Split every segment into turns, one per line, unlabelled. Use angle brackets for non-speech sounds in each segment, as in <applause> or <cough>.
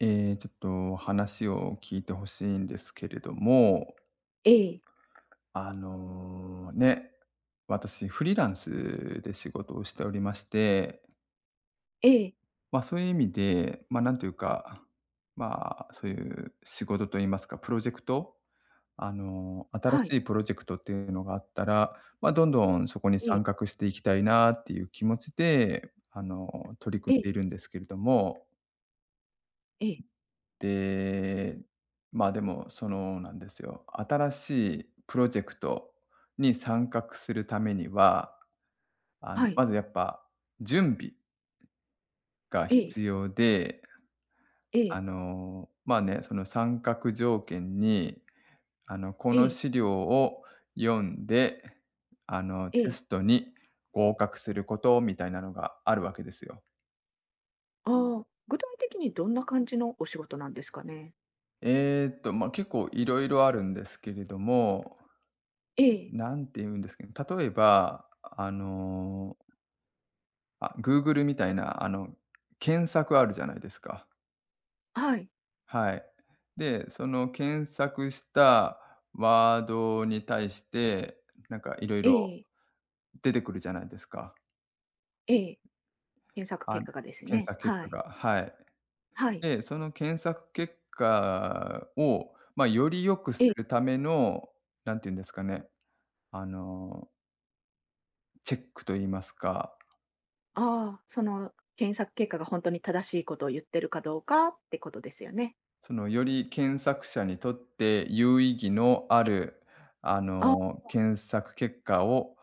ちょっと話を聞いて欲しいんですけれども、
ええ、
ね、私フリーランスで仕事をしておりまして、
ええ、
ま、そういう意味で、ま、なんというか、ま、そういう仕事といいますか、プロジェクト、新
は
し
い、
いプロジェクトっていうのがあったら、ま、どんどんそこに
ええ、
参画していきたいなっていう気持ちで、取り
え
組んでい
え、
るんですけれども。
ええ、
で、まあ、でも、その、なんですよ、新しいプロジェクトに参画するためには、
はい、
まずやっぱ準備が
ええ、
必要で、
ええ、
まあね、その参画条件に、こ
え
の
え、
資料を読んで、
え
テ
え、
ストに合格することみたいなのがあるわけですよ。
ああ、具体的にどんな感じのお仕事なんですかね？
ま、結構いろいろあるんですけれども、
ええ、
なんて言うんですかね、例えば、あ、Google みたいな、検索あるじゃないですか。
はい、
はい。で、その検索したワードに対して、なんかいろい
え
ろ
え、
出てくるじゃないですか。
ええ、検索
あ、
結果がです
検
ね、
索結
は
果
い、
が、はい。
はい、
で、その検索結果を、まあ、より良くす
ええ、
るための、なんて言うんですかね、あの、チェックと言いますか、
ああ、その検索結果が本当に正しいことを言ってるかどうかってことですよね。
その、より検索者にとって有意義のあ
え、
る、
あ、
検索結果を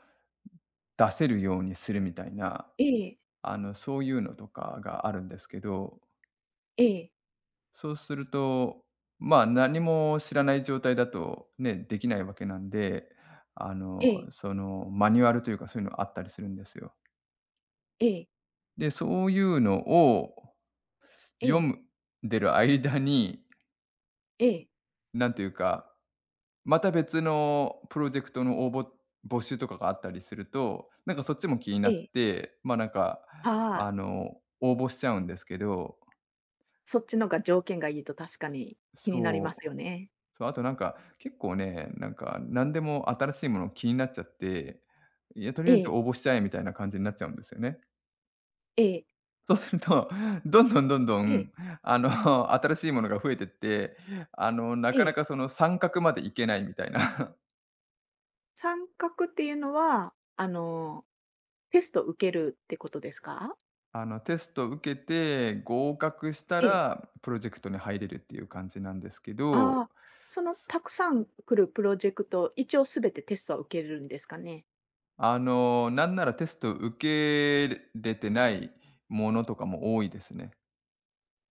出せるようにするみたいな、
ええ、
そういうのとかがあるんですけど、
ええ、
そうすると、まあ、何も知らない状態だとね、できないわけなんで、
ええ、
その、マニュアルというか、そういうのあったりするんですよ。
ええ、
で、そういうのを
え
読
え、
むでる間に、
ええ、
なんというかまた別のプロジェクトの募集とかがあったりすると、なんかそっちも気にな
え
っ
え、
て、ま、なんか、
ああ、
応募しちゃうんですけど、
そっちのが条件がいいと確かに気になり
そ
ます
う、
よね。
そう、あとなんか、結構ね、なんか何でも新しいもの気になっちゃって、いや、とり
え
あえず
え。
応募しちゃえみたいな感じになっちゃうんですよね。
ええ、
そうすると、<laughs> どんどんどんど
ええ、
ん、新しいものが増えてって、な
え
かな
え。
かその三角までいけないみたいな。
参画っていうのは、テスト受けるってことですか？
テストを受けて合格した
ええ。
ら、プロジェクトに入れるっていう感じなんですけど、
ああ、そのたくさん来るプロジェクト、一応すべてテストは受けるんですかね？
なんならテストを受けれてないものとかも多いですね。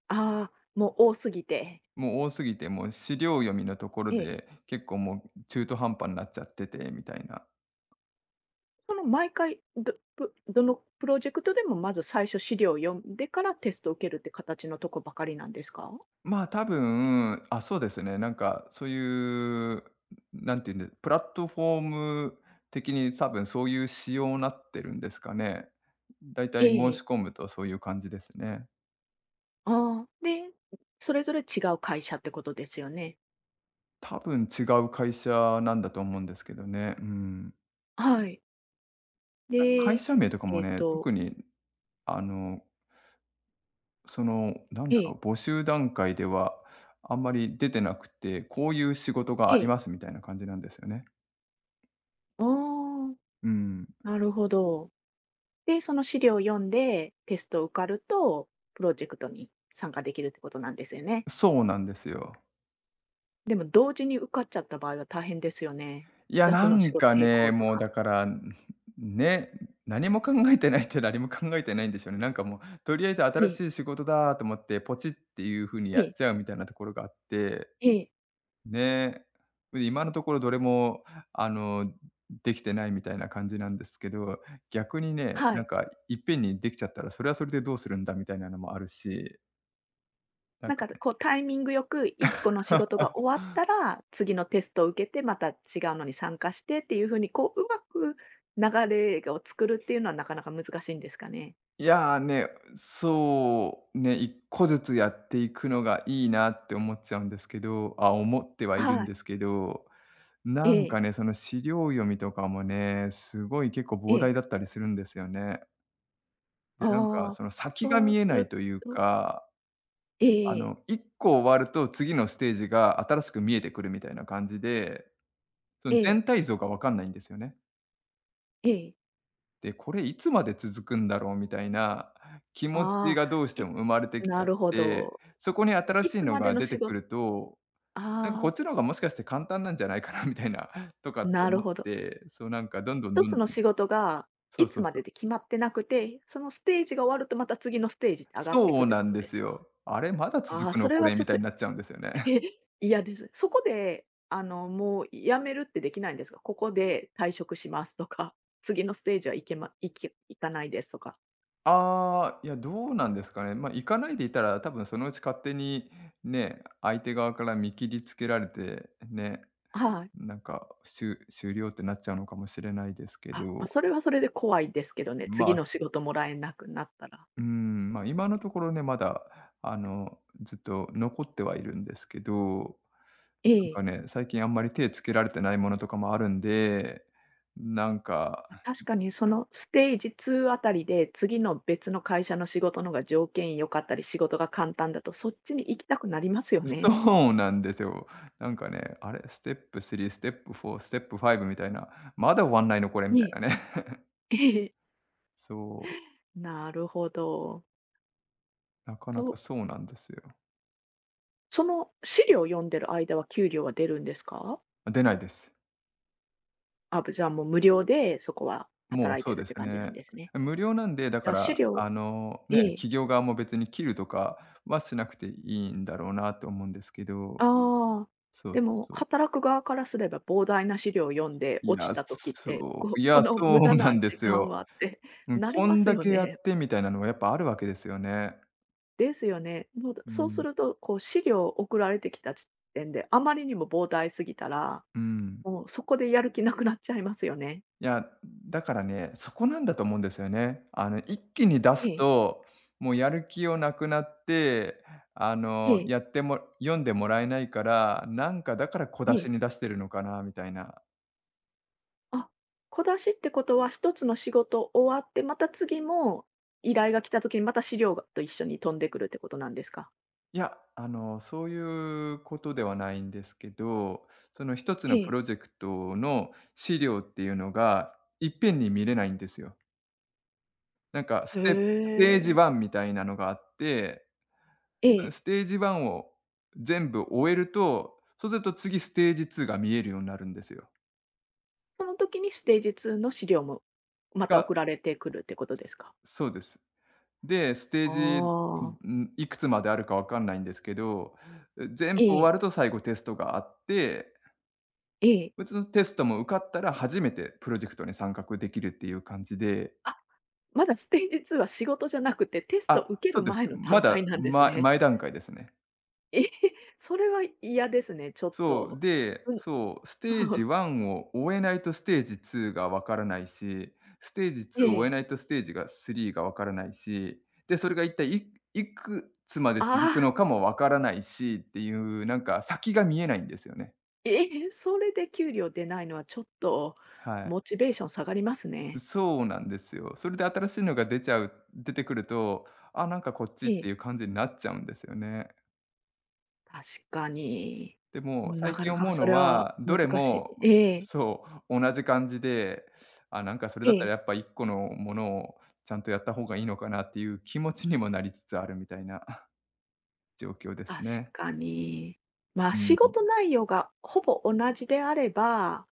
ああ、もう多すぎて。
もう多すぎて、もう資料読みのところ
ええ。
で、結構もう中途半端になっちゃっててみたいな。
その毎回、どのプロジェクトでもまず最初資料を読んでからテストを受けるって形のとこばかりなんですか？
まあ、多分、あ、そうですね。なんか、そういう、なんていうんで、プラットフォーム的に多分そういう仕様になってるんですかね。だいた
え
い申
ええ
し
え。
込むとそういう感じですね。
ああ、で、それぞれ違う会社ってことですよね？
多分違う会社なんだと思うんですけどね。うん。
はい。
なんか会
で、
社名とかも
えっ
ね、
と
特に、あの、その、なん
え
だろ
え。
う、募集段階ではあんまり出てなくて、こういう仕事が
え
あり
え。
ますみたいな感じなんですよね。
ああ、
うん。
なるほど。で、その資料を読んで、テストを受かると、プロジェクトに参加できるってことなんですよね。
そうなんですよ。
でも同時に受かっちゃった場合は大変ですよね。
いや、
2つ
な
の仕
ん
事
か
並
ね、
行と
もう
か。
だから、ん、ね、何も考えてないっちゃ何も考えてないんですよね。なんかもう、とりあえず
え
新
え、
しい仕事だと思って、ポチっていう風にや
え
っ
え、
ちゃうみたいなところがあって、
ええ、
ね。で、今のところどれも、あの、できてないみたいな感じなんですけど、逆にね、
は
なん
い。
かいっぺんにできちゃったら、それはそれでどうするんだみたいなのもあるし、なん
なん
か
か
ね、
こうタイミングよく1個の仕事が終わったら、次のテストを受けて、また違うのに参加してっていう風に、こう、うまく流れを作るっていうのはなかなか難しいんですかね？
いや、ね、そうね、一個ずつやっていくのがいいなって思っちゃうんですけど、あ、思ってはいるん
はい。
ですけど、
え
なん
え、
かね、その資料読みとかもね、すごい結構
え
膨
え。
大だったりするんですよね。で、なんか
ああ、
その先が
そう
見
す
えない
る
という
と、
か、
ええ
一個終わると次のステージが新しく見えてくるみたいな感じで、そ
え
の
え
全
ええ、
体像がわかんないんですよね。で、これいつまで続くんだろうみたいな気持ち
ああ、
がどうして
い
も生まれてきちゃ
な
っ
るほ
て、
ど。
そこに新
い
しい
つ
の
まで
が
の
出て
仕
く
事、
ると、
あ
なんかこっ
あ、
ちの方がもしかして簡単なんじゃないかなみたいなとかって
なる
思っ
ほど。
て、そうなんかどんどん
一
どん
つの
どん、
仕事が
そう
い
そ
つ
う
ま
そう。
でで決まってなくて、そのステージが終わるとまた次のステージって上がってい
そ
く
う
って
な
こ
ん
と
で
で
す
すか？
よ。あれ、まだ続
ああ、
く
そ
の
れ
こ
は
れ
ち
み
ょっ
た
と、
いになっちゃうんですよね。<laughs>
<laughs> 嫌です。そこで、もう辞めるってできないんですか？ここで退職しますとか、次のステージはいけまいけいかないですとか。
ああ、いや、どうなんですかね。ま、あ、行かないでいたら、多分そのうち勝手にね、相手側から見切りつけられて、ね。
はい。
なんか、終了ってなっちゃうのかもしれないですけ
あ、ま、
ど、
それはそれで怖いですけどね、
ま
次
あ、
の仕事もらえなくなったら。
うーん、まあ、今のところね、まだ、ずっと残ってはいるんですけど、
え
なん
え。
かね、最近あんまり手つけられてないものとかもあるんで、なんか
ま、確かにそのステージ2あたりで、次の別の会社の仕事のが条件良かったり、仕事が簡単だとそっちに行きたくなりますよね。
そうなんですよ。なんかね、あれ、ステップ3、ステップ4、ステップ5みたいな、まだ終わんないのこれみ
ね
た
え。
いなね。<laughs>
ええ。
そ
<laughs> なるほど。
う、なかな
そ
か
う、
そうなんですよ。
その資料を読んでる間は給料は出るんですか？
出ないです。
あ、じゃあもう無料でそこは
もう
働い
そ
て
う
るっ
で
て
す
感じな
ね。
んですね。
無料なんで、だ
じ
か
ゃあ資
ら、
料、
ね、
ええ。
企業側も別に切るとかはしなくていいんだろうなと思うんですけど、
ああ、
そう
でも
そう。
働く側からすれば膨大な資料を読んで
い
落ち
や、
た時って、
そう、
こ
い
こ
や、
の
そ
無駄
うな
な
んで
時
す
間
よ。
はって
うん、
なり
こ
ま
ん
す
だ
よ
けや
ね。
ってみたいなのはやっぱあるわけですよね。
ですよね。もう、
う
そうす
ん、
ると、こう資料送られてきた時点で、あまりにも膨大すぎたら、
うん。
もうそこでやる気なくなっちゃいますよね。
いや、だからね、そこなんだと思うんですよね。一気に出す
ええ、
と、もうやる気をなくなって、
ええ、
やっても読んでもらえないから、なんかだから小
え
出し
え。
に出してるのかなみたいな。
あ、小出しってことは一つの仕事終わって、また次も依頼が来た時にまた資料がと一緒に飛んでくるってことなんですか？
いや、そういうことではないんですけど、その一つ
え
のプ
え。
ロジェクトの資料っていうのがいっぺんに見れないんですよ。なんか
へ
ステージ1
え。
みたいなのがあって、
ええ。
ステージ1を全部終えると、そうすると次ステージ2が見えるようになるんですよ。
その時にステージ2の資料も、また
が、
送られてくるってことですか？
そうです。で、ステー
あ
ジ、
あ。
いくつまであるかわかんないんですけど、全部
え
終わ
え、
ると最後テストがあって、
ええ。
うちのテストも受かったら初めてプロジェクトに参画できるっていう感じで、
あ、まだステージ2は仕事じゃなくて、テス
あ、
ト受け
そ
る
うです。
前の
ま
段
だ、
階なんです
ま
ね。
前段階ですね。
ええ、それは嫌ですね、ちょっ
そう、
と。
で、
うん。
そう、ステージ1
<laughs>
を終えないとステージ2がわからないし、ステージ2
え
を終え
え。
ないとステージが3がわからないし、で、それが一体いくつまで続く
あ
の
あ、
かもわからないしっていう、なんか先が見えないんですよね。
ええ、それで給料出ないのはちょっと
はい。
モチベーション下がりますね。
そうなんですよ。それで新しいのが出ちゃう出てくると、あ、なんかこっちっ
え
てい
え、
う感じになっちゃうんですよね。
確かに。
でも、
な
最
か
近
な
思
か
う
そ
の
れは
は、どれ
難し
も
い。ええ、
そう、同じ感じで、あ、なんかそれ
え
だったら
え。
やっぱ1個のものをちゃんとやった方がいいのかなっていう気持ちにもなりつつあるみたいな、 <laughs> 状況です
確
ね。
かに。まあ、
うん、
仕事内容がほぼ同じであれば、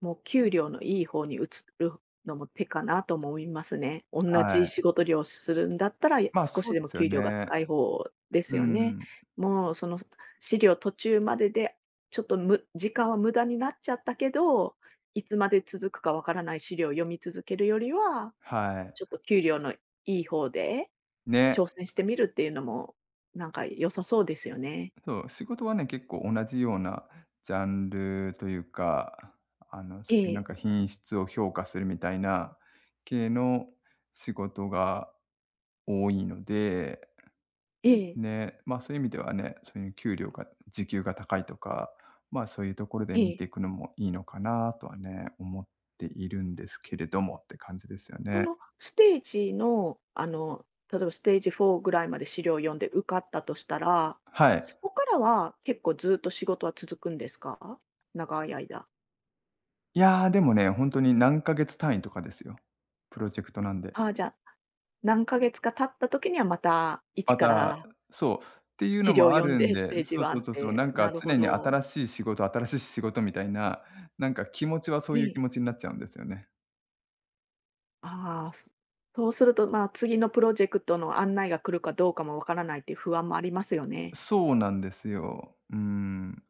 もう給料のいい方に移るのも手かなとも思いますね。同
は
じ
い。
仕事量をするんだったら、
まあ、
少
そ
し
う
で
で
も
すよ
給料が
ね。
高い方です
う
よね。
ん、
もうその資料途中までで、ちょっと時間は無駄になっちゃったけど、いつまで続くかわからない資料を読み続けるよりは、
はい。
ちょっと給料のいい方で
ね、
挑戦してみるっていうのも、なんか良さそうですよね。
そう、仕事はね、結構同じようなジャンルというか、そ
え
ういうなん
え、
か品質を評価するみたいな系の仕事が多いので
ええ、
ね、ま、そういう意味ではね、そういう給料が時給が高いとか、ま、そういうところで
え
見て
え。
いくのもいいのかなとはね、思っているんですけれどもって感じですよ
そ
ね。
のステージの、例えばステージ4ぐらいまで資料を読んで受かったとしたら、
はい。
そこからは結構ずっと仕事は続くんですか？長い間。
いやー、でもね、本当に何ヶ月単位とかですよ。プロジェクトなんで。
ああ、じゃあ、何ヶ月か経った時にはまた一
ま
か
た、
ら
そう、っていうの
資料を
もあ
読ん
るん
でス
で、
テージ
そうそ
1
う
っ
そうそう、な
て、
んか
なる
常
ほ
に
ど。
新しい仕事、新しい仕事みたいな、なんか気持ちはそう
え
いう気
え。
持ちになっちゃうんですよね。
ああ、そうすると、まあ、次のプロジェクトの案内が来るかどうかもわからないっていう不安もありますよね。
そうなんですよ。うん。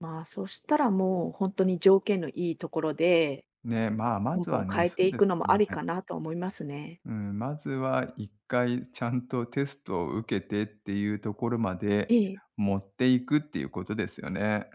まあ、そしたらもう本当に条件のいいところで
ね、まあ、ま
ポン
ず
ポ
は
ン
ね、
変え
そ
て
う
い
で
く
す
の
よ
もありか
ね。
なと思いますね。
うん、まずは一回ちゃんとテストを受けてっていうところまで
ええ。
持っていくっていうことですよね。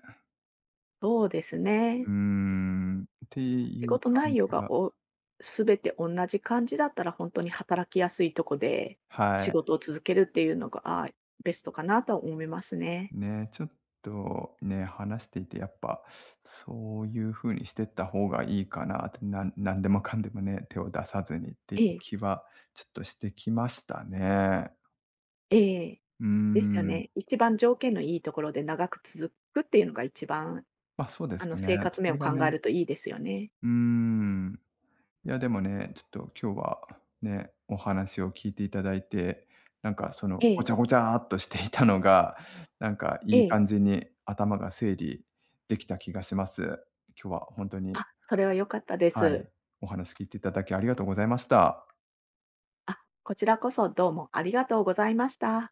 そうです
うー
ね。
ん、って
仕
いう
事
感
内
じ
容が
が、
全て同じ感じだったら、本当に働きやすいとこで
は
仕
い。
事を続けるっていうのが、ああ、ベストかなと思いますね。
ね、ちょっとね、話していてやっぱそういうふうにしてった方がいいかなって、なんでもかんでもね、手を出さずにっていう
ええ。
気はちょっとしてきましたね。
ええ、
うー
ですよ
ん、
ね。一番条件のいいところで長く続くっていうのが一番、
ま、あそうですよね。
生
そ
活面
れ
を
が
考
ね、
えるといいですよね。
うーん。いや、でもね、ちょっと今日はね、お話を聞いていただいて、なんかその
え
ご
え、
ちゃごちゃっとしていたのが、なんかい
え
い
え。
感じに頭が整理できた気がします。今日は本当に、
あ、それは良かったで
はい、
す。
お話聞いていただきありがとうございました。
あ、こちらこそどうもありがとうございました。